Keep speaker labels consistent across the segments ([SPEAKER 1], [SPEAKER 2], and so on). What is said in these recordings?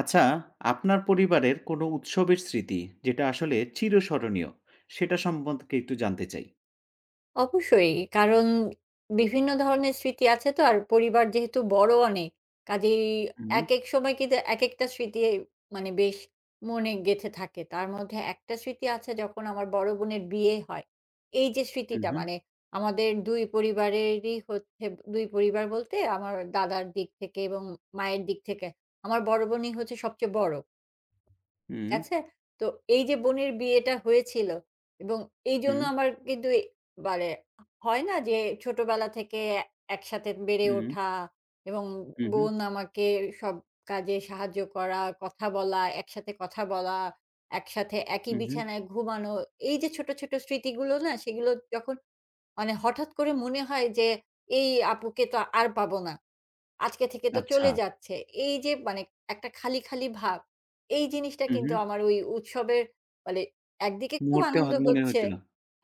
[SPEAKER 1] আচ্ছা, আপনার পরিবারের কোনো উৎসবের স্মৃতি যেটা আসলে চিরস্মরণীয়, সেটা সম্পর্কে একটু জানতে চাই।
[SPEAKER 2] অবশ্যই। কারণ বিভিন্ন ধরনের স্মৃতি আছে তো আর পরিবার যেহেতু বড় অনেক, কাজেই
[SPEAKER 1] হুম,
[SPEAKER 2] একেক সময় কিন্তু একেকটা স্মৃতি মানে বেশ মনে গেঁথে থাকে। তার মধ্যে একটা স্মৃতি আছে যখন আমার বড় বোনের বিয়ে হয়। এই যে স্মৃতিটা
[SPEAKER 1] উহু,
[SPEAKER 2] মানে আমাদের ২ পরিবারেরই হচ্ছে, ২ পরিবার বলতে আমার দাদার দিক থেকে এবং মায়ের দিক থেকে আমার বড় বোনই হচ্ছে সবচেয়ে বড়।
[SPEAKER 1] হুম,
[SPEAKER 2] আচ্ছা, তো এই যে বোনের বিয়েটা হয়েছিল এবং এইজন্য
[SPEAKER 1] হুম,
[SPEAKER 2] আমার কিন্তু মানে হয় না যে ছোটবেলা থেকে একসাথে বেড়ে
[SPEAKER 1] হুম,
[SPEAKER 2] ওঠা এবং
[SPEAKER 1] উহু,
[SPEAKER 2] বোন আমাকে সব কাজে সাহায্য করা, কথা বলা, একসাথে কথা বলা, একসাথে একই
[SPEAKER 1] উহু।
[SPEAKER 2] বিছানায় ঘুমানো। এই যে ছোট, ছোট স্মৃতিগুলো না, সেগুলো যখন মানে হঠাৎ করে মনে হয় যে এই আপুকে তো আর পাবো না। আজকে থেকে তো
[SPEAKER 1] আচ্ছা,
[SPEAKER 2] চলে যাচ্ছে। এই যে মানে একটা খালি, খালি ভাব, এই জিনিসটা কিন্তু
[SPEAKER 1] উহু।
[SPEAKER 2] আমার ওই উৎসবের মানে একদিকে খুব
[SPEAKER 1] মুহূর্তে হ
[SPEAKER 2] আনন্দ
[SPEAKER 1] মনে
[SPEAKER 2] হচ্ছে।
[SPEAKER 1] হয়েছিল।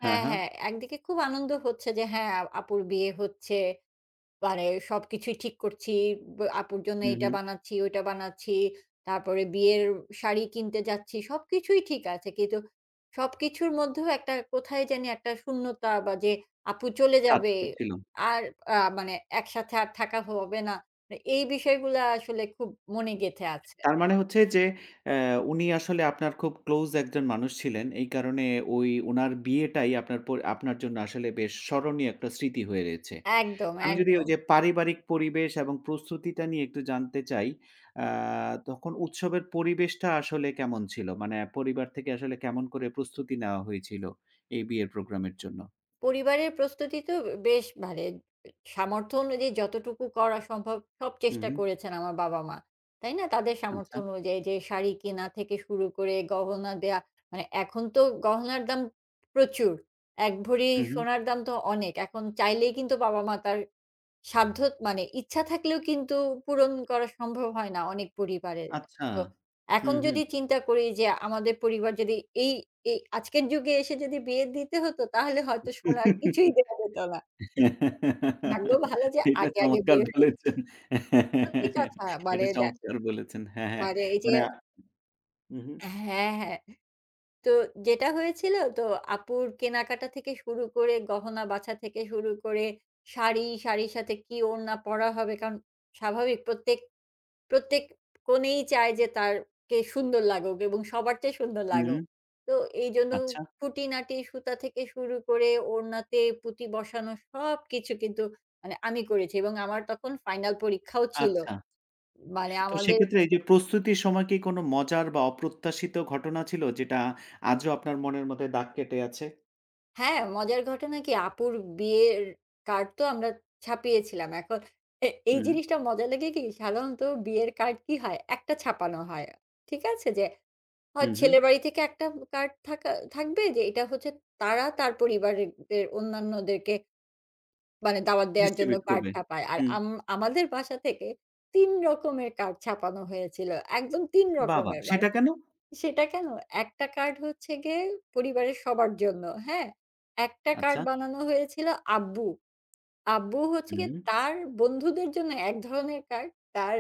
[SPEAKER 1] হ্যাঁ,
[SPEAKER 2] হ্যাঁ,
[SPEAKER 1] হ্যাঁ।
[SPEAKER 2] হ্যাঁ, একদিকে খুব আনন্দ হচ্ছে যে হ্যাঁ, আপুর বিয়ে হচ্ছে। মানে সবকিছুই ঠিক করছি। আপুর জন্য
[SPEAKER 1] উহু,
[SPEAKER 2] এইটা বানাচ্ছি, ওইটা বানাচ্ছি। তারপরে বিয়ের শাড়ি কিনতে যাচ্ছি। সবকিছুই ঠিক আছে। কিন্তু সবকিছুর মধ্যেও একটা কোথায় জানি একটা শূন্যতা, বা যে আপু চলে
[SPEAKER 1] কাজ
[SPEAKER 2] যাবে।
[SPEAKER 1] করছিল।
[SPEAKER 2] আর মানে একসাথে আর থাকা হবে না। এই বিষয়গুলা আসলে খুব মনে গেঁথে আছে।
[SPEAKER 1] তার মানে হচ্ছে যে অ্যা উনি আসলে আপনার খুব ক্লোজ একজন মানুষ ছিলেন। এই কারণে ওই উনার বিয়েটাই আপনার পর আপনার জন্য আসলে বেশ স্মরণীয় একটা স্মৃতি হয়ে রয়েছে।
[SPEAKER 2] একদম,
[SPEAKER 1] আমি যদি
[SPEAKER 2] একদম।
[SPEAKER 1] ওই যে পারিবারিক পরিবেশ এবং প্রস্তুতিটা নিয়ে একটু জানতে চাই। আ তখন উৎসবের পরিবেশটা আসলে কেমন ছিল? মানে পরিবার থেকে আসলে কেমন করে প্রস্তুতি নেওয়া হয়েছিল এই বিয়ের প্রোগ্রামের জন্য?
[SPEAKER 2] পরিবারের প্রস্তুতি তো বেশ, মানে সামর্থ্য অনুযায়ী যতটুকু করা সম্ভব সব
[SPEAKER 1] হু,
[SPEAKER 2] চেষ্টা
[SPEAKER 1] হু।
[SPEAKER 2] করেছেন আমার বাবা-মা। তাই না? তাদের সামর্থ্য
[SPEAKER 1] আচ্ছা।
[SPEAKER 2] অনুযায়ী, যে শাড়ি কেনা থেকে শুরু করে গহনা দেয়া। মানে এখন তো গহনার দাম প্রচুর। এক ভরি
[SPEAKER 1] হু, হু।
[SPEAKER 2] সোনার দাম তো অনেক। এখন চাইলেই কিন্তু বাবা-মা তার সাধ্য, মানে ইচ্ছা থাকলেও কিন্তু পূরণ করা সম্ভব হয় না অনেক পরিবারের।
[SPEAKER 1] আচ্ছা।
[SPEAKER 2] তো
[SPEAKER 1] হু,
[SPEAKER 2] এখন
[SPEAKER 1] হু।
[SPEAKER 2] যদি চিন্তা করি যে আমাদের পরিবার যদি এই এই আজকের যুগে এসে যদি বিয়ে দিতে হতো, তাহলে হয়তো সোনার কিছুই দেয়া যেত না। ভাগ্য ভালো যে
[SPEAKER 1] এটা
[SPEAKER 2] আগে, আগে
[SPEAKER 1] চমৎকার
[SPEAKER 2] বিয়ে হয়ে
[SPEAKER 1] বলেছেন।
[SPEAKER 2] সত্যি কথা, মানে
[SPEAKER 1] এটা চমৎকার বলেছেন। হ্যাঁ, হ্যাঁ।
[SPEAKER 2] মানে এই যে
[SPEAKER 1] মানে হু, হু।
[SPEAKER 2] হ্যাঁ, হ্যাঁ। তো যেটা হয়েছিল, তো আপুর কেনাকাটা থেকে শুরু করে গহনা বাছা থেকে শুরু করে শাড়ি, শাড়ির সাথে কি ওড়না পরা হবে, কারণ স্বাভাবিক প্রত্যেক প্রত্যেক কনেই চায় যে তারকে সুন্দর লাগুক এবং সবার চেয়ে সুন্দর
[SPEAKER 1] হু,
[SPEAKER 2] লাগুক। তো এইজন্য
[SPEAKER 1] আচ্ছা,
[SPEAKER 2] খুঁটিনাটি সুতা থেকে শুরু করে ওড়নাতে পুঁতি বসানো সবকিছু কিন্তু মানে আমি করেছি, এবং আমার তখন ফাইনাল পরীক্ষাও ছিল।
[SPEAKER 1] আচ্ছা।
[SPEAKER 2] মানে
[SPEAKER 1] তো
[SPEAKER 2] আমাদের
[SPEAKER 1] সেক্ষেত্রে এই যে প্রস্তুতির সময় কি কোনো মজার বা অপ্রত্যাশিত ঘটনা ছিল যেটা আজও আপনার মনের মধ্যে দাগ কেটে আছে?
[SPEAKER 2] হ্যাঁ, মজার ঘটনা কি, আপুর বিয়ের কার্ড তো আমরা ছাপিয়েছিলাম। এখন এই
[SPEAKER 1] হুম,
[SPEAKER 2] জিনিসটা মজা লাগে কি, সাধারণত বিয়ের কার্ড কি হয়? একটা ছাপানো হয়। ঠিক আছে? যে হয়
[SPEAKER 1] হুম, হুম।
[SPEAKER 2] ছেলের বাড়ি থেকে একটা কার্ড থাকা থাকবে, যে এটা হচ্ছে তারা তার পরিবারের দের অন্যান্যদেরকে মানে দাওয়াত দেয়ার জন্য
[SPEAKER 1] ডিস্ট্রিবিউট
[SPEAKER 2] কার্ড
[SPEAKER 1] করবে।
[SPEAKER 2] ছাপায়। আর
[SPEAKER 1] হুম,
[SPEAKER 2] আমাদের বাসা থেকে ৩ রকমের কার্ড ছাপানো হয়েছিল। একদম ৩
[SPEAKER 1] বাহ! বাহ!
[SPEAKER 2] রকমের। মানে
[SPEAKER 1] সেটা কেন?
[SPEAKER 2] সেটা কেন? একটা কার্ড হচ্ছে গিয়ে পরিবারের সবার জন্য, হ্যাঁ? একটা কার্ড
[SPEAKER 1] আচ্ছা।
[SPEAKER 2] বানানো হয়েছিল আব্বু। আব্বু হচ্ছে
[SPEAKER 1] হুম,
[SPEAKER 2] গিয়ে তার বন্ধুদের জন্য এক ধরনের কার্ড, তার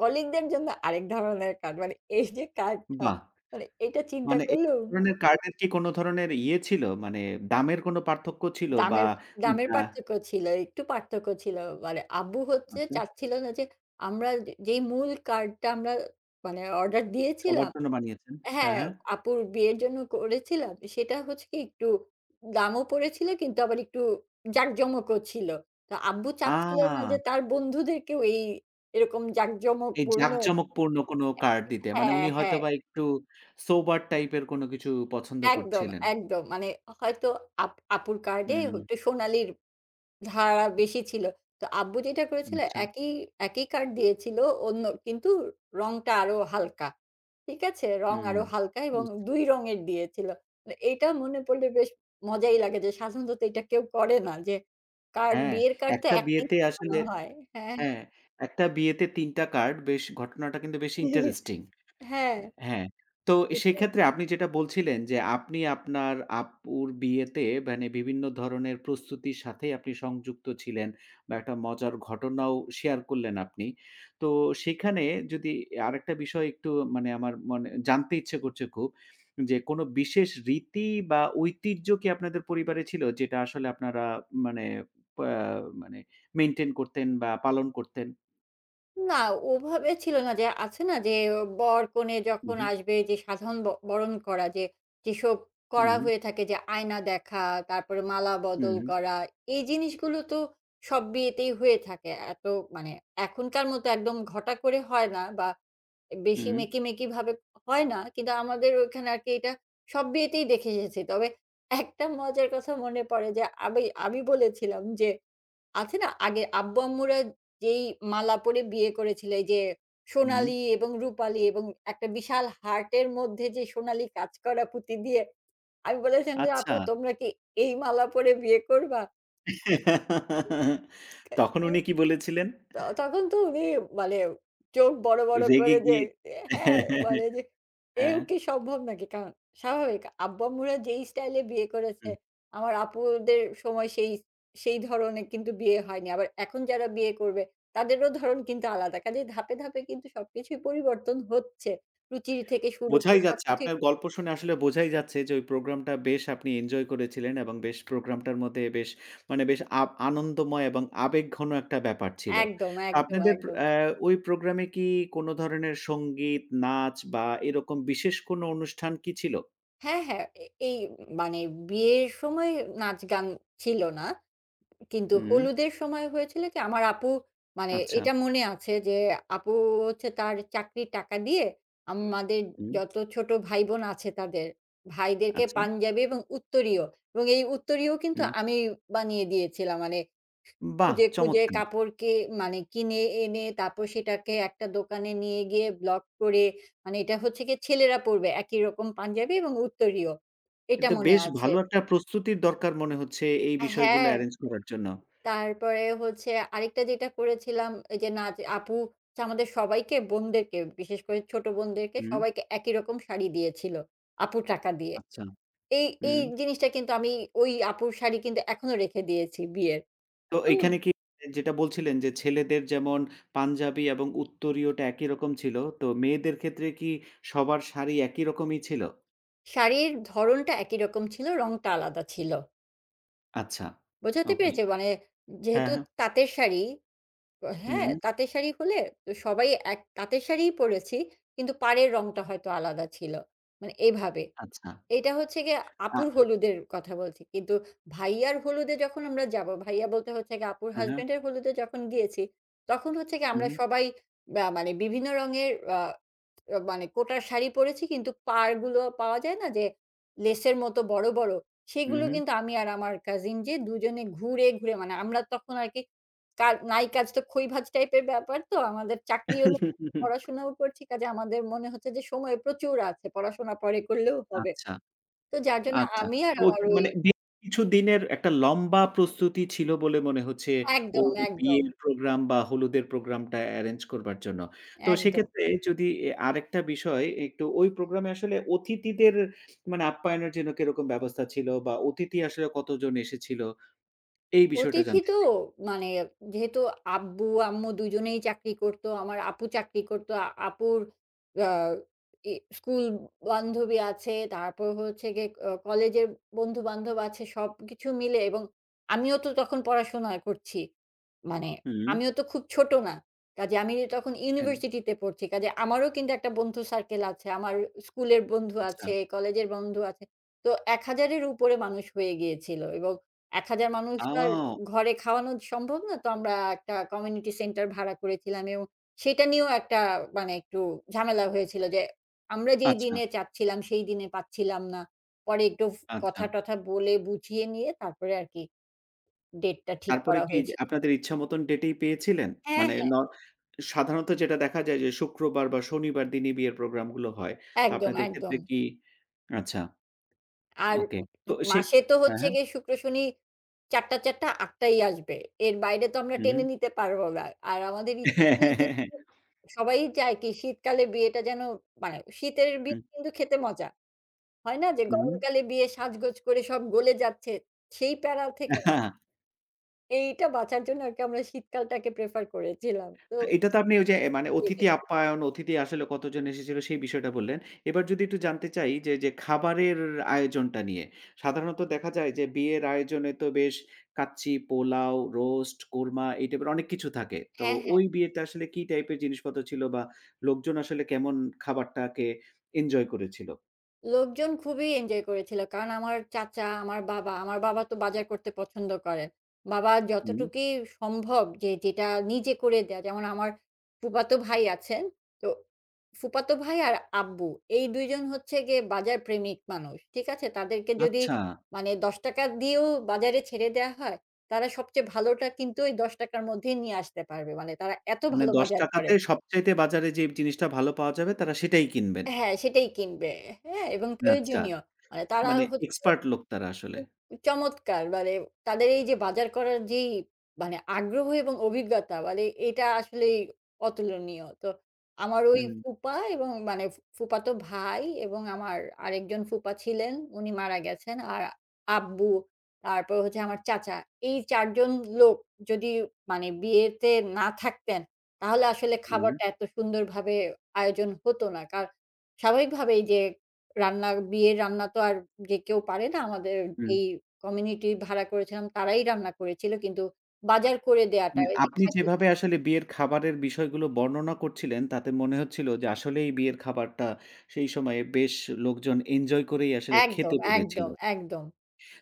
[SPEAKER 2] কলিগদের জন্য আরেক ধরনের কার্ড। মানে এই যে কার্ডটা,
[SPEAKER 1] বাহ!
[SPEAKER 2] মানে এটা চিন্তা
[SPEAKER 1] মানে এই
[SPEAKER 2] করলেও
[SPEAKER 1] ধরনের কার্ডের কি কোনো ধরনের ইয়ে ছিল? মানে দামের কোনো পার্থক্য ছিল বা
[SPEAKER 2] দামের দামের
[SPEAKER 1] আ
[SPEAKER 2] পার্থক্য ছিল, একটু পার্থক্য ছিল। মানে আব্বু হচ্ছে
[SPEAKER 1] আচ্ছা,
[SPEAKER 2] চাচ্ছিল না যে আমরা যে যেই মূল কার্ডটা আমরা মানে অর্ডার
[SPEAKER 1] সবার
[SPEAKER 2] দিয়েছিলাম
[SPEAKER 1] জন্য বানিয়েছেন। হ্যাঁ,
[SPEAKER 2] হ্যাঁ,
[SPEAKER 1] হ্যাঁ।
[SPEAKER 2] আপুর বিয়ের জন্য করেছিলাম, সেটা হচ্ছে কি একটু দামও পড়েছিল কিন্তু আবার একটু জাঁকজমকও ছিল। তো আব্বু চাচ্ছিল না
[SPEAKER 1] আ
[SPEAKER 2] যে তার বন্ধুদেরকেও এরকম
[SPEAKER 1] এই
[SPEAKER 2] জাঁকজমকপূর্ণ
[SPEAKER 1] জাঁকজমকপূর্ণ কোনো কার্ড দিতে। মানে
[SPEAKER 2] হ্যাঁ,
[SPEAKER 1] উনি
[SPEAKER 2] হ্যাঁ,
[SPEAKER 1] হয়তোবা একটু সোবার টাইপের কোনো কিছু পছন্দ
[SPEAKER 2] একদম,
[SPEAKER 1] করছিলেন।
[SPEAKER 2] একদম। মানে হয়তো আপুর কার্ডে
[SPEAKER 1] হুম,
[SPEAKER 2] একটু সোনালির ধারা বেশি ছিল। তো আব্বু যেটা করেছিল
[SPEAKER 1] আচ্ছা।
[SPEAKER 2] একই, একই কার্ড দিয়েছিল অন্য, কিন্তু রংটা আরো হালকা। ঠিক আছে? রং
[SPEAKER 1] হুম।
[SPEAKER 2] আরো হালকা এবং
[SPEAKER 1] বুঝতে
[SPEAKER 2] ২ রঙের দিয়েছিল। মানে এইটা মনে পড়লে বেশ মজাই লাগে, যে সাধারণত তো এটা কেউ করে না, যে কার্ড,
[SPEAKER 1] হ্যাঁ,
[SPEAKER 2] বিয়ের কার্ড তো
[SPEAKER 1] একটা
[SPEAKER 2] একটাই
[SPEAKER 1] বিয়েতে
[SPEAKER 2] বানানো
[SPEAKER 1] আসলে
[SPEAKER 2] হয়। হ্যাঁ,
[SPEAKER 1] হ্যাঁ, একটা বিয়েতে ৩ টা কার্ড বেশ ঘটনাটা কিন্তু বেশ ইন্টারেস্টিং।
[SPEAKER 2] হ্যাঁ,
[SPEAKER 1] হ্যাঁ, হ্যাঁ। তো
[SPEAKER 2] এটাই।
[SPEAKER 1] সেক্ষেত্রে আপনি যেটা বলছিলেন যে, আপনি আপনার আপুর বিয়েতে মানে বিভিন্ন ধরনের প্রস্তুতির সাথেই আপনি সংযুক্ত ছিলেন বা একটা মজার ঘটনাও শেয়ার করলেন আপনি। তো সেখানে যদি আরেকটা বিষয় একটু মানে আমার মনে জানতে ইচ্ছে করছে খুব যে, কোনো বিশেষ রীতি বা ঐতিহ্য কি আপনাদের পরিবারে ছিল? যেটা আসলে আপনারা মানে পা মানে মেইনটেইন করতেন বা পালন করতেন?
[SPEAKER 2] না, ওভাবে ছিল না, যে আছে না যে বর-কনে
[SPEAKER 1] হু,
[SPEAKER 2] যখন
[SPEAKER 1] হু,
[SPEAKER 2] আসবে যে সাধারণ বরণ করা, যে যেসব করা
[SPEAKER 1] হু,
[SPEAKER 2] হয়ে থাকে যে আয়না দেখা, তারপরে মালা
[SPEAKER 1] হু,
[SPEAKER 2] বদল করা, এই জিনিসগুলো তো সব বিয়েতেই হয়ে থাকে। এত মানে এখনকার মতো একদম ঘটা করে হয় না বা বেশি
[SPEAKER 1] হু,
[SPEAKER 2] মেকি-মেকি ভাবে হয় না। কিন্তু আমাদের ওইখানে আরকি এটা সব বিয়েতেই দেখে এসেছি। তবে একটা মজার কথা মনে পড়ে যে আমি আমি বলেছিলাম যে আছে না? আগে আব্বু-আম্মুরা যেই মালা পরে বিয়ে করেছিল, এই যে
[SPEAKER 1] হু, হু।
[SPEAKER 2] সোনালী এবং রূপালী এবং একটা বিশাল হার্টের মধ্যে যে সোনালী কাজ করা পুঁতি দিয়ে, আমি বলেছিলাম যে,
[SPEAKER 1] আচ্ছা।
[SPEAKER 2] "আপু তোমরা কি এই মালা পরে বিয়ে করবা?"
[SPEAKER 1] তখন উনি কি বলেছিলেন?
[SPEAKER 2] তখন তো উনি মানে চোখ বড়, বড়
[SPEAKER 1] রেগে
[SPEAKER 2] করে, যে
[SPEAKER 1] গিয়ে
[SPEAKER 2] হ্যাঁ,
[SPEAKER 1] হ্যাঁ, হ্যাঁ, হ্যাঁ।
[SPEAKER 2] মানে যে এও
[SPEAKER 1] হ্যাঁ,
[SPEAKER 2] কি সম্ভব নাকি? কারণ স্বাভাবিক আব্বু-আম্মুরা যেই স্টাইলে বিয়ে করেছে,
[SPEAKER 1] হুম।
[SPEAKER 2] আমার আপুদের সময় সেই সেই ধরনের কিন্তু বিয়ে হয়নি। আবার এখন যারা বিয়ে করবে তাদেরও ধরন কিন্তু আলাদা। কাজেই ধাপে, ধাপে কিন্তু সবকিছুই পরিবর্তন হচ্ছে। রুচি থেকে শুরু করে
[SPEAKER 1] বোঝাই যাচ্ছে
[SPEAKER 2] সবকিছুই
[SPEAKER 1] আপনার গল্প শুনে আসলে বোঝাই যাচ্ছে যে ওই প্রোগ্রামটা বেশ আপনি এনজয় করেছিলেন এবং বেশ প্রোগ্রামটার মধ্যে বেশ মানে বেশ আনন্দময় এবং আবেগঘন একটা ব্যাপার ছিল।
[SPEAKER 2] একদম,
[SPEAKER 1] তো
[SPEAKER 2] একদম,
[SPEAKER 1] আপনাদের
[SPEAKER 2] একদম।
[SPEAKER 1] আ ওই প্রোগ্রামে কি কোন ধরনের সংগীত, নাচ বা এরকম বিশেষ কোনো অনুষ্ঠান কি ছিল?
[SPEAKER 2] হ্যাঁ, হ্যাঁ, এই মানে বিয়ের সময় নাচ গান ছিল না। কিন্তু
[SPEAKER 1] হুম,
[SPEAKER 2] হলুদের সময় হয়েছিল কি আমার আপু, মানে
[SPEAKER 1] আচ্ছা,
[SPEAKER 2] এটা মনে আছে যে আপু হচ্ছে তার চাকরির টাকা দিয়ে আমাদের
[SPEAKER 1] হুম,
[SPEAKER 2] যত ছোট ভাই বোন আছে তাদের ভাইদেরকে
[SPEAKER 1] আচ্ছা,
[SPEAKER 2] পাঞ্জাবি এবং উত্তরীয়, এবং এই উত্তরীয় কিন্তু
[SPEAKER 1] হুম।
[SPEAKER 2] আমি বানিয়ে দিয়েছিলাম, মানে
[SPEAKER 1] বাহ!
[SPEAKER 2] খুঁজে খুঁজে
[SPEAKER 1] চমৎকার!
[SPEAKER 2] কাপড়কে মানে কিনে এনে তারপর সেটাকে একটা দোকানে নিয়ে গিয়ে ব্লক করে, মানে এটা হচ্ছে কি ছেলেরা পরবে একই রকম পাঞ্জাবি এবং উত্তরীয়,
[SPEAKER 1] এটা
[SPEAKER 2] এটা
[SPEAKER 1] তো
[SPEAKER 2] মনে
[SPEAKER 1] বেশ
[SPEAKER 2] আছে।
[SPEAKER 1] ভালো একটা প্রস্তুতির দরকার মনে হচ্ছে এই বিষয়গুলো
[SPEAKER 2] হ্যাঁ,
[SPEAKER 1] এরেঞ্জ করার জন্য।
[SPEAKER 2] তারপরে হচ্ছে আরেকটা যেটা করেছিলাম, এই যে নাচ, আপু হচ্ছে আমাদের সবাইকে বোনদেরকে বিশেষ করে ছোট বোনদেরকে
[SPEAKER 1] হুম,
[SPEAKER 2] সবাইকে একই রকম শাড়ি দিয়েছিল আপু টাকা দিয়ে।
[SPEAKER 1] আচ্ছা।
[SPEAKER 2] এই এই
[SPEAKER 1] হুম।
[SPEAKER 2] জিনিসটা কিন্তু আমি, ওই আপুর শাড়ি কিন্তু এখনো রেখে দিয়েছি বিয়ের।
[SPEAKER 1] তো
[SPEAKER 2] হুম?
[SPEAKER 1] এইখানে কি যেটা বলছিলেন যে ছেলেদের যেমন পাঞ্জাবি এবং উত্তরীয়টা একই রকম ছিল, তো মেয়েদের ক্ষেত্রে কি সবার শাড়ি একই রকমই ছিল?
[SPEAKER 2] শাড়ির ধরনটা একই রকম ছিল, রংটা আলাদা ছিল।
[SPEAKER 1] আচ্ছা।
[SPEAKER 2] বোঝাতে
[SPEAKER 1] ওকে।
[SPEAKER 2] পেরেছি? মানে
[SPEAKER 1] হ্যাঁ,
[SPEAKER 2] যেহেতু
[SPEAKER 1] হ্যাঁ।
[SPEAKER 2] তাঁতের শাড়ি, হ্যাঁ,
[SPEAKER 1] হুম।
[SPEAKER 2] তাঁতের শাড়ি হলে তো সবাই এক তাঁতের শাড়িই পড়েছি, কিন্তু পাড়ের রংটা হয়তো আলাদা ছিল। মানে এভাবে।
[SPEAKER 1] আচ্ছা।
[SPEAKER 2] এইটা হচ্ছে গিয়ে
[SPEAKER 1] আ
[SPEAKER 2] আপুর হলুদের কথা বলছি। কিন্তু ভাইয়ার হলুদে যখন আমরা যাবো, ভাইয়া বলতে হচ্ছে গিয়ে আপুর
[SPEAKER 1] হ্যাঁ, হ্যাঁ।
[SPEAKER 2] হাসব্যান্ডের হলুদে যখন গিয়েছি, তখন হচ্ছে গিয়ে
[SPEAKER 1] হুম,
[SPEAKER 2] আমরা
[SPEAKER 1] হুম,
[SPEAKER 2] সবাই বা মানে বিভিন্ন রঙের মানে কোটার শাড়ি পরেছি, কিন্তু পাড়গুলো পাওয়া যায় না যে লেসের মতো বড়, বড়?
[SPEAKER 1] হুম,
[SPEAKER 2] সেগুলো
[SPEAKER 1] হুম।
[SPEAKER 2] কিন্তু আমি আর আমার কাজিন যে দুজনে ঘুরে, ঘুরে, মানে আমরা তখন আরকি নাই কাজ তো খইভাজ টাইপের ব্যাপার, তো আমাদের চাকরিও নেই, পড়াশোনাও করছি। কাজে আমাদের মনে হচ্ছে যে সময় প্রচুর আছে। পড়াশোনা পরে করলেও হবে।
[SPEAKER 1] আচ্ছা।
[SPEAKER 2] তো যার জন্য
[SPEAKER 1] আচ্ছা।
[SPEAKER 2] আমি আর
[SPEAKER 1] তো
[SPEAKER 2] আমার
[SPEAKER 1] ওটা
[SPEAKER 2] ওই
[SPEAKER 1] মানে বেশ কিছুদিনের একটা লম্বা প্রস্তুতি ছিল বলে মনে হচ্ছে
[SPEAKER 2] একদম,
[SPEAKER 1] ওই
[SPEAKER 2] একদম,
[SPEAKER 1] বিয়ের প্রোগ্রাম বা হলুদের প্রোগ্রামটা এরেঞ্জ করবার জন্য। তো
[SPEAKER 2] একদম।
[SPEAKER 1] সেক্ষেত্রে যদি আরেকটা বিষয় একটু ওই প্রোগ্রামে আসলে অতিথিদের মানে আপ্যায়নের জন্য কিরকম ব্যবস্থা ছিল বা অতিথি আসলে কতজন এসেছিল? এই বিষয়টা
[SPEAKER 2] অতিথি
[SPEAKER 1] জানতে
[SPEAKER 2] তো
[SPEAKER 1] চাই।
[SPEAKER 2] মানে যেহেতু আব্বু, আম্মু দুজনেই চাকরি করতো। আমার আপু চাকরি করতো। আপুর আ ই স্কুল বান্ধবী আছে। তারপর হচ্ছে গিয়ে কলেজের বন্ধু-বান্ধব আছে। সবকিছু মিলে, এবং আমিও তো তখন পড়াশোনা করছি। মানে
[SPEAKER 1] হুম,
[SPEAKER 2] আমিও তো খুব ছোট না। কাজে আমি তখন
[SPEAKER 1] এন
[SPEAKER 2] ইউনিভার্সিটিতে পড়ছি। কাজে আমারও কিন্তু একটা বন্ধু সার্কেল আছে। আমার স্কুলের বন্ধু
[SPEAKER 1] আচ্ছা।
[SPEAKER 2] আছে, কলেজের বন্ধু আছে। তো ১,০০০ এর উপরে মানুষ হয়ে গিয়েছিল, এবং ১,০০০ মানুষ তো আর
[SPEAKER 1] আও
[SPEAKER 2] ঘরে খাওয়ানো সম্ভব না। তো আমরা একটা কমিউনিটি সেন্টার ভাড়া করেছিলাম, এবং সেটা নিয়েও একটা, মানে একটু ঝামেলা হয়েছিল যে, আমরা যেই
[SPEAKER 1] আচ্ছা,
[SPEAKER 2] দিনে চাচ্ছিলাম সেই দিনে পাচ্ছিলাম না। পরে একটু
[SPEAKER 1] আচ্ছা।
[SPEAKER 2] কথা-টথা বলে বুঝিয়ে নিয়ে তারপরে আরকি ডেটটা ঠিক
[SPEAKER 1] তারপরে
[SPEAKER 2] করা
[SPEAKER 1] কি যে
[SPEAKER 2] হয়েছিল।
[SPEAKER 1] আপনাদের ইচ্ছা মতন ডেটেই পেয়েছিলেন?
[SPEAKER 2] হ্যাঁ,
[SPEAKER 1] মানে
[SPEAKER 2] হ্যাঁ।
[SPEAKER 1] সাধারণত যেটা দেখা যায় যে শুক্রবার বা শনিবার দিনই বিয়ের প্রোগ্রামগুলো হয়। তো
[SPEAKER 2] একদম,
[SPEAKER 1] আপনাদের
[SPEAKER 2] একদম।
[SPEAKER 1] ক্ষেত্রে কি আচ্ছা,
[SPEAKER 2] আর
[SPEAKER 1] ওকে। তো সে
[SPEAKER 2] মাসে তো
[SPEAKER 1] হ্যাঁ,
[SPEAKER 2] হচ্ছে
[SPEAKER 1] হ্যাঁ।
[SPEAKER 2] গিয়ে শুক্র, শনি ৪ টা, ৪ টা ৮ টাই আসবে। এর বাইরে তো আমরা
[SPEAKER 1] হুম,
[SPEAKER 2] টেনে
[SPEAKER 1] হুম।
[SPEAKER 2] নিতে পারব না। আর আমাদের ইচ্ছা
[SPEAKER 1] হ্যাঁ,
[SPEAKER 2] ছিল
[SPEAKER 1] হ্যাঁ,
[SPEAKER 2] যে
[SPEAKER 1] হ্যাঁ, হ্যাঁ।
[SPEAKER 2] সবাই চায় কি শীতকালে বিয়েটা যেন, মানে শীতের বিয়ে
[SPEAKER 1] হুম,
[SPEAKER 2] কিন্তু খেতে মজা। হয় না যে
[SPEAKER 1] হুম।
[SPEAKER 2] গরমকালে বিয়ে সাজগোজ করে সব গলে যাচ্ছে। সেই প্যারা থেকে, এইটা বাঁচার জন্য আরকি আমরা শীতকালটাকে প্রেফার করেছিলাম। তো
[SPEAKER 1] এটা তো আপনি ওই যে মানে
[SPEAKER 2] হয়ে
[SPEAKER 1] অতিথি
[SPEAKER 2] গেছে।
[SPEAKER 1] আপ্যায়ন, অতিথি আসলে কতজন এসেছিল সেই বিষয়টা বললেন। এবার যদি একটু জানতে চাই যে, যে খাবারের আয়োজনটা নিয়ে। সাধারণত দেখা যায় যে বিয়ের আয়োজনে তো বেশ কাচ্চি, পোলাও, রোস্ট, কোরমা এই টাইপের অনেক কিছু থাকে। তো
[SPEAKER 2] হ্যাঁ, হ্যাঁ।
[SPEAKER 1] ওই বিয়েতে আসলে কি টাইপের জিনিসপত্র ছিল বা লোকজন আসলে কেমন খাবারটাকে এনজয় করেছিল?
[SPEAKER 2] লোকজন খুবই এনজয় করেছিল। কারণ আমার চাচা, আমার বাবা, আমার বাবা তো বাজার করতে পছন্দ করে। বাবা
[SPEAKER 1] হুম,
[SPEAKER 2] যতটুকুই সম্ভব যে যেটা নিজে করে দেয়া। যেমন আমার ফুফাতো ভাই আছেন। তো ফুফাতো ভাই আর আব্বু এই ২ জন হচ্ছে গিয়ে বাজার প্রেমিক মানুষ। ঠিক আছে? তাদেরকে যদি
[SPEAKER 1] আচ্ছা।
[SPEAKER 2] মানে ৳১০ দিয়েও বাজারে ছেড়ে দেয়া হয়, তারা সবচেয়ে ভালোটা কিন্তু ওই ৳১০ র মধ্যেই নিয়ে আসতে পারবে। মানে তারা এত
[SPEAKER 1] মানে
[SPEAKER 2] ভালো
[SPEAKER 1] ৳১০
[SPEAKER 2] বাজার করে
[SPEAKER 1] তে সবচাইতে বাজারে যে জিনিসটা ভালো পাওয়া যাবে তারা সেটাই কিনবেন।
[SPEAKER 2] হ্যাঁ, সেটাই কিনবে। হ্যাঁ? এবং
[SPEAKER 1] আচ্ছা।
[SPEAKER 2] প্রয়োজনীয়। মানে তারা
[SPEAKER 1] মানে
[SPEAKER 2] হচ্ছে
[SPEAKER 1] এক্সপার্ট লোক তারা আসলে।
[SPEAKER 2] চমৎকার! মানে তাদের এই যে বাজার করার যেই, মানে আগ্রহ এবং অভিজ্ঞতা, মানে এটা আসলেই অতুলনীয়। তো আমার ওই
[SPEAKER 1] হুম,
[SPEAKER 2] ফুপা এবং মানে ফুফাতো ভাই এবং আমার আরেকজন ফুপা ছিলেন, উনি মারা গেছেন। আর আব্বু, তারপর হচ্ছে আমার চাচা। এই ৪ জন লোক যদি মানে বিয়েতে না থাকতেন, তাহলে আসলে
[SPEAKER 1] হুম।
[SPEAKER 2] খাবারটা এত সুন্দরভাবে আয়োজন হতো না। কার স্বাভাবিকভাবেই যে রান্না, বিয়ের রান্না তো আর যে কেউ পারে না। আমাদের
[SPEAKER 1] হুম।
[SPEAKER 2] এই কমিউনিটি ভাড়া করেছিলাম তারাই রান্না করেছিল। কিন্তু বাজার করে দেয়াটা
[SPEAKER 1] মানে
[SPEAKER 2] ওই যে
[SPEAKER 1] আপনি
[SPEAKER 2] খাসি
[SPEAKER 1] যেভাবে আসলে বিয়ের খাবারের বিষয়গুলো বর্ণনা করছিলেন, তাতে মনে হচ্ছিল যে আসলেই বিয়ের খাবারটা সেই সময়ে বেশ লোকজন এনজয় করেই আসলে
[SPEAKER 2] একদম,
[SPEAKER 1] খেতে পেরেছিল।
[SPEAKER 2] একদম, একদম।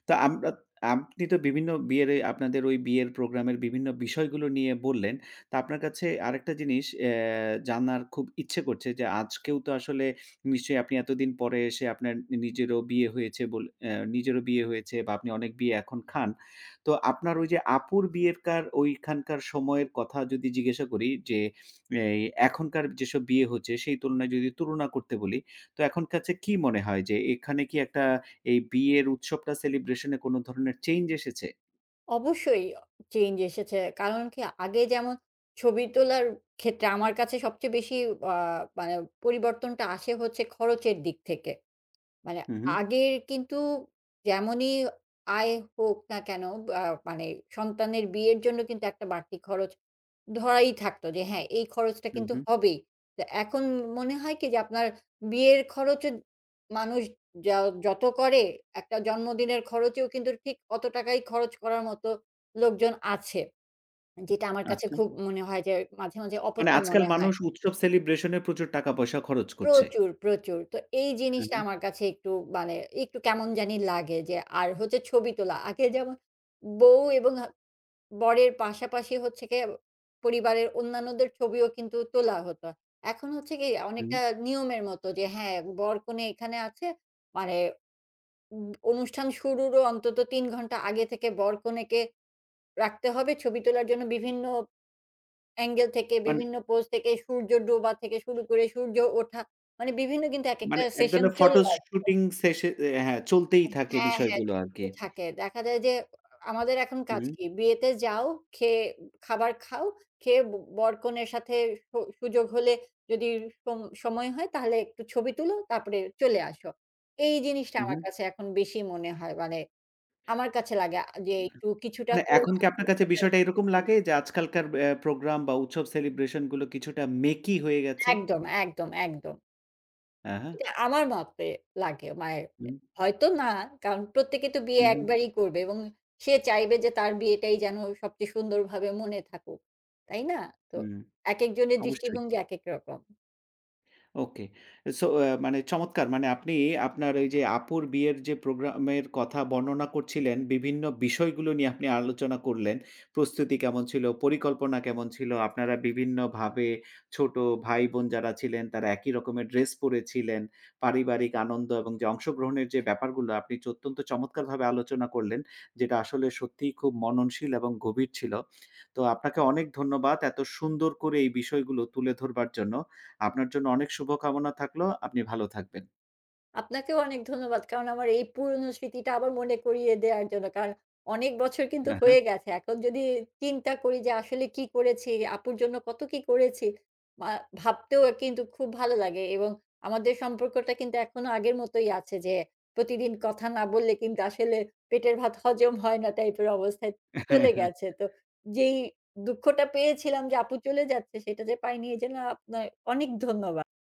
[SPEAKER 1] তো আমরা আপনি তো বিভিন্ন বিয়ের এই আপনাদের ওই বিয়ের প্রোগ্রামের বিভিন্ন বিষয়গুলো নিয়ে বললেন। তো আপনার কাছে আরেকটা জিনিস জানার খুব ইচ্ছে করছে যে আজকেও তো আসলে নিশ্চয়ই আপনি এতদিন পরে এসে আপনার নিজেরও বিয়ে হয়েছে বলে নিজেরও বিয়ে হয়েছে বা আপনি অনেক বিয়ে এখন খান। তো আপনার ওই যে আপুর বিয়েরকার ওইখানকার সময়ের কথা যদি জিজ্ঞাসা করি যে এই এখনকার যেসব বিয়ে হচ্ছে সেই তুলনায় যদি তুলনা করতে বলি, তো এখন কাছে কি মনে হয় যে এখানে কি একটা এই বিয়ের উৎসবটা সেলিব্রেশন এ কোন ধরনের চেঞ্জ এসেছে?
[SPEAKER 2] অবশ্যই চেঞ্জ এসেছে। কারণ কি আগে যেমন ছবি তোলার ক্ষেত্রে আমার কাছে সবচেয়ে বেশি আ মানে পরিবর্তনটা আসে হচ্ছে খরচের দিক থেকে। মানে
[SPEAKER 1] হু, হু।
[SPEAKER 2] আগের কিন্তু যেমনই আয় হোক না কেন, আ মানে সন্তানের বিয়ের জন্য কিন্তু একটা বাড়তি খরচ ধরাই থাকতো যে হ্যাঁ, এই খরচটা
[SPEAKER 1] হুম,
[SPEAKER 2] কিন্তু
[SPEAKER 1] হুম।
[SPEAKER 2] হবেই। তো এখন মনে হয় কি যে আপনার বিয়ের খরচও মানুষ য যত করে, একটা জন্মদিনের খরচেও কিন্তু ঠিক অত টাকাই খরচ করার মতো লোকজন আছে। যেটা আমার কাছে
[SPEAKER 1] আচ্ছা।
[SPEAKER 2] খুব মনে হয় যে মাঝে, মাঝে
[SPEAKER 1] মানে
[SPEAKER 2] অপচয়
[SPEAKER 1] আজকাল
[SPEAKER 2] মনে হয়।
[SPEAKER 1] মানুষ উৎসব সেলিব্রেশন এ প্রচুর টাকা পয়সা খরচ করছে।
[SPEAKER 2] প্রচুর, প্রচুর। তো এই
[SPEAKER 1] হ্যাঁ,
[SPEAKER 2] জিনিসটা
[SPEAKER 1] হ্যাঁ।
[SPEAKER 2] আমার কাছে একটু, মানে একটু কেমন জানি লাগে। যে আর হচ্ছে ছবি তোলা। আগে যেমন বউ এবং বরের পাশাপাশি হচ্ছে গিয়ে পরিবারের অন্যান্যদের ছবিও কিন্তু তোলা হতো। এখন হচ্ছে কি
[SPEAKER 1] হুম।
[SPEAKER 2] অনেকটা নিয়মের মতো যে হ্যাঁ, বর-কনে এখানে আছে। মানে অনুষ্ঠান শুরুরও অন্তত ৩ ঘন্টা আগে থেকে বর-কনেকে রাখতে হবে ছবি তোলার জন্য বিভিন্ন অ্যাঙ্গেল থেকে,
[SPEAKER 1] মানে
[SPEAKER 2] বিভিন্ন পোজ থেকে, সূর্য ডোবা থেকে শুরু করে সূর্য ওঠা। মানে বিভিন্ন, কিন্তু একেকটা
[SPEAKER 1] মানে এক
[SPEAKER 2] সেশন
[SPEAKER 1] ধরনের
[SPEAKER 2] চলে আসে।
[SPEAKER 1] ফটোশুটিং শেষে হ্যাঁ, চলতেই থাকে
[SPEAKER 2] হ্যাঁ, হ্যাঁ,
[SPEAKER 1] বিষয়গুলো আরকি।
[SPEAKER 2] চলতেই থাকে। দেখা যায় যে আমাদের এখন কাজ
[SPEAKER 1] হুম,
[SPEAKER 2] কি? বিয়েতে যাও, খেয়ে খাবার খাও, খেয়ে বর-কনের সাথে সুযোগ হলে, যদি সময় হয়, তাহলে একটু ছবি তুলো, তারপরে চলে আসো। এই জিনিসটা
[SPEAKER 1] হু,
[SPEAKER 2] আমার
[SPEAKER 1] হু।
[SPEAKER 2] কাছে এখন বেশি মনে হয়। মানে আমার কাছে লাগে যে একটু কিছুটা
[SPEAKER 1] মানে
[SPEAKER 2] হলেও
[SPEAKER 1] এখন কি আপনার কাছে
[SPEAKER 2] আন্তরিকতা
[SPEAKER 1] বিষয়টা এরকম লাগে যে আজকালকার প্রোগ্রাম বা উৎসব সেলিব্রেশন গুলো কিছুটা মেকি হয়ে গেছে?
[SPEAKER 2] একদম, একদম, একদম।
[SPEAKER 1] হ্যাঁ, হ্যাঁ।
[SPEAKER 2] এটা আমার মাপে লাগে, মায়ের
[SPEAKER 1] হুম,
[SPEAKER 2] হয়তো না, কারণ প্রত্যেকে তো বিয়ে
[SPEAKER 1] হু, হু।
[SPEAKER 2] একবারই করবে, এবং সে চাইবে যে তার বিয়েটাই যেন সবচেয়ে সুন্দরভাবে মনে থাকুক। তাই না? তো
[SPEAKER 1] হুম,
[SPEAKER 2] একেকজনের
[SPEAKER 1] অবশ্যই।
[SPEAKER 2] দৃষ্টিভঙ্গি একেক রকম।
[SPEAKER 1] ওকে। সো মানে চমৎকার! মানে আপনি আপনার ওই যে আপুর বিয়ের যে প্রোগ্রামের কথা বর্ণনা করছিলেন, বিভিন্ন বিষয়গুলো নিয়ে আপনি আলোচনা করলেন। প্রস্তুতি কেমন ছিল, পরিকল্পনা কেমন ছিল? আপনারা বিভিন্নভাবে ছোট ভাই-বোন যারা ছিলেন তারা একই রকমের ড্রেস পড়েছিলেন। পারিবারিক আনন্দ এবং যে অংশগ্রহণের যে ব্যাপারগুলো আপনি অত্যন্ত চমৎকারভাবে আলোচনা করলেন, যেটা আসলে সত্যিই খুব মননশীল এবং গভীর ছিল। তো আপনাকে অনেক ধন্যবাদ এত সুন্দর করে এই বিষয়গুলো তুলে ধরবার জন্য। আপনার জন্য অনেক শুভকামনা থাকলো। আপনি ভালো থাকবেন।
[SPEAKER 2] আপনাকেও অনেক ধন্যবাদ। কারণ আমার এই পুরনো স্মৃতিটা আবার মনে করিয়ে দেওয়ার জন্য। কারণ অনেক বছর কিন্তু
[SPEAKER 1] আ
[SPEAKER 2] হয়ে গেছে। এখন যদি চিন্তা করি যে আসলে কি করেছি, আপুর জন্য কত কি করেছি, মা ভাবতেও কিন্তু খুব ভালো লাগে, এবং আমাদের সম্পর্কটা কিন্তু এখনো আগের মতোই আছে যে প্রতিদিন কথা না বললে কিন্তু আসলে পেটের ভাত হজম হয় না টাইপের অবস্থায় চলে
[SPEAKER 1] হ্যাঁ।
[SPEAKER 2] গেছে। তো যেই দুঃখটা পেয়েছিলাম যে আপু চলে যাচ্ছে সেটা যে পাইনি, এজন্য আপনার অনেক ধন্যবাদ।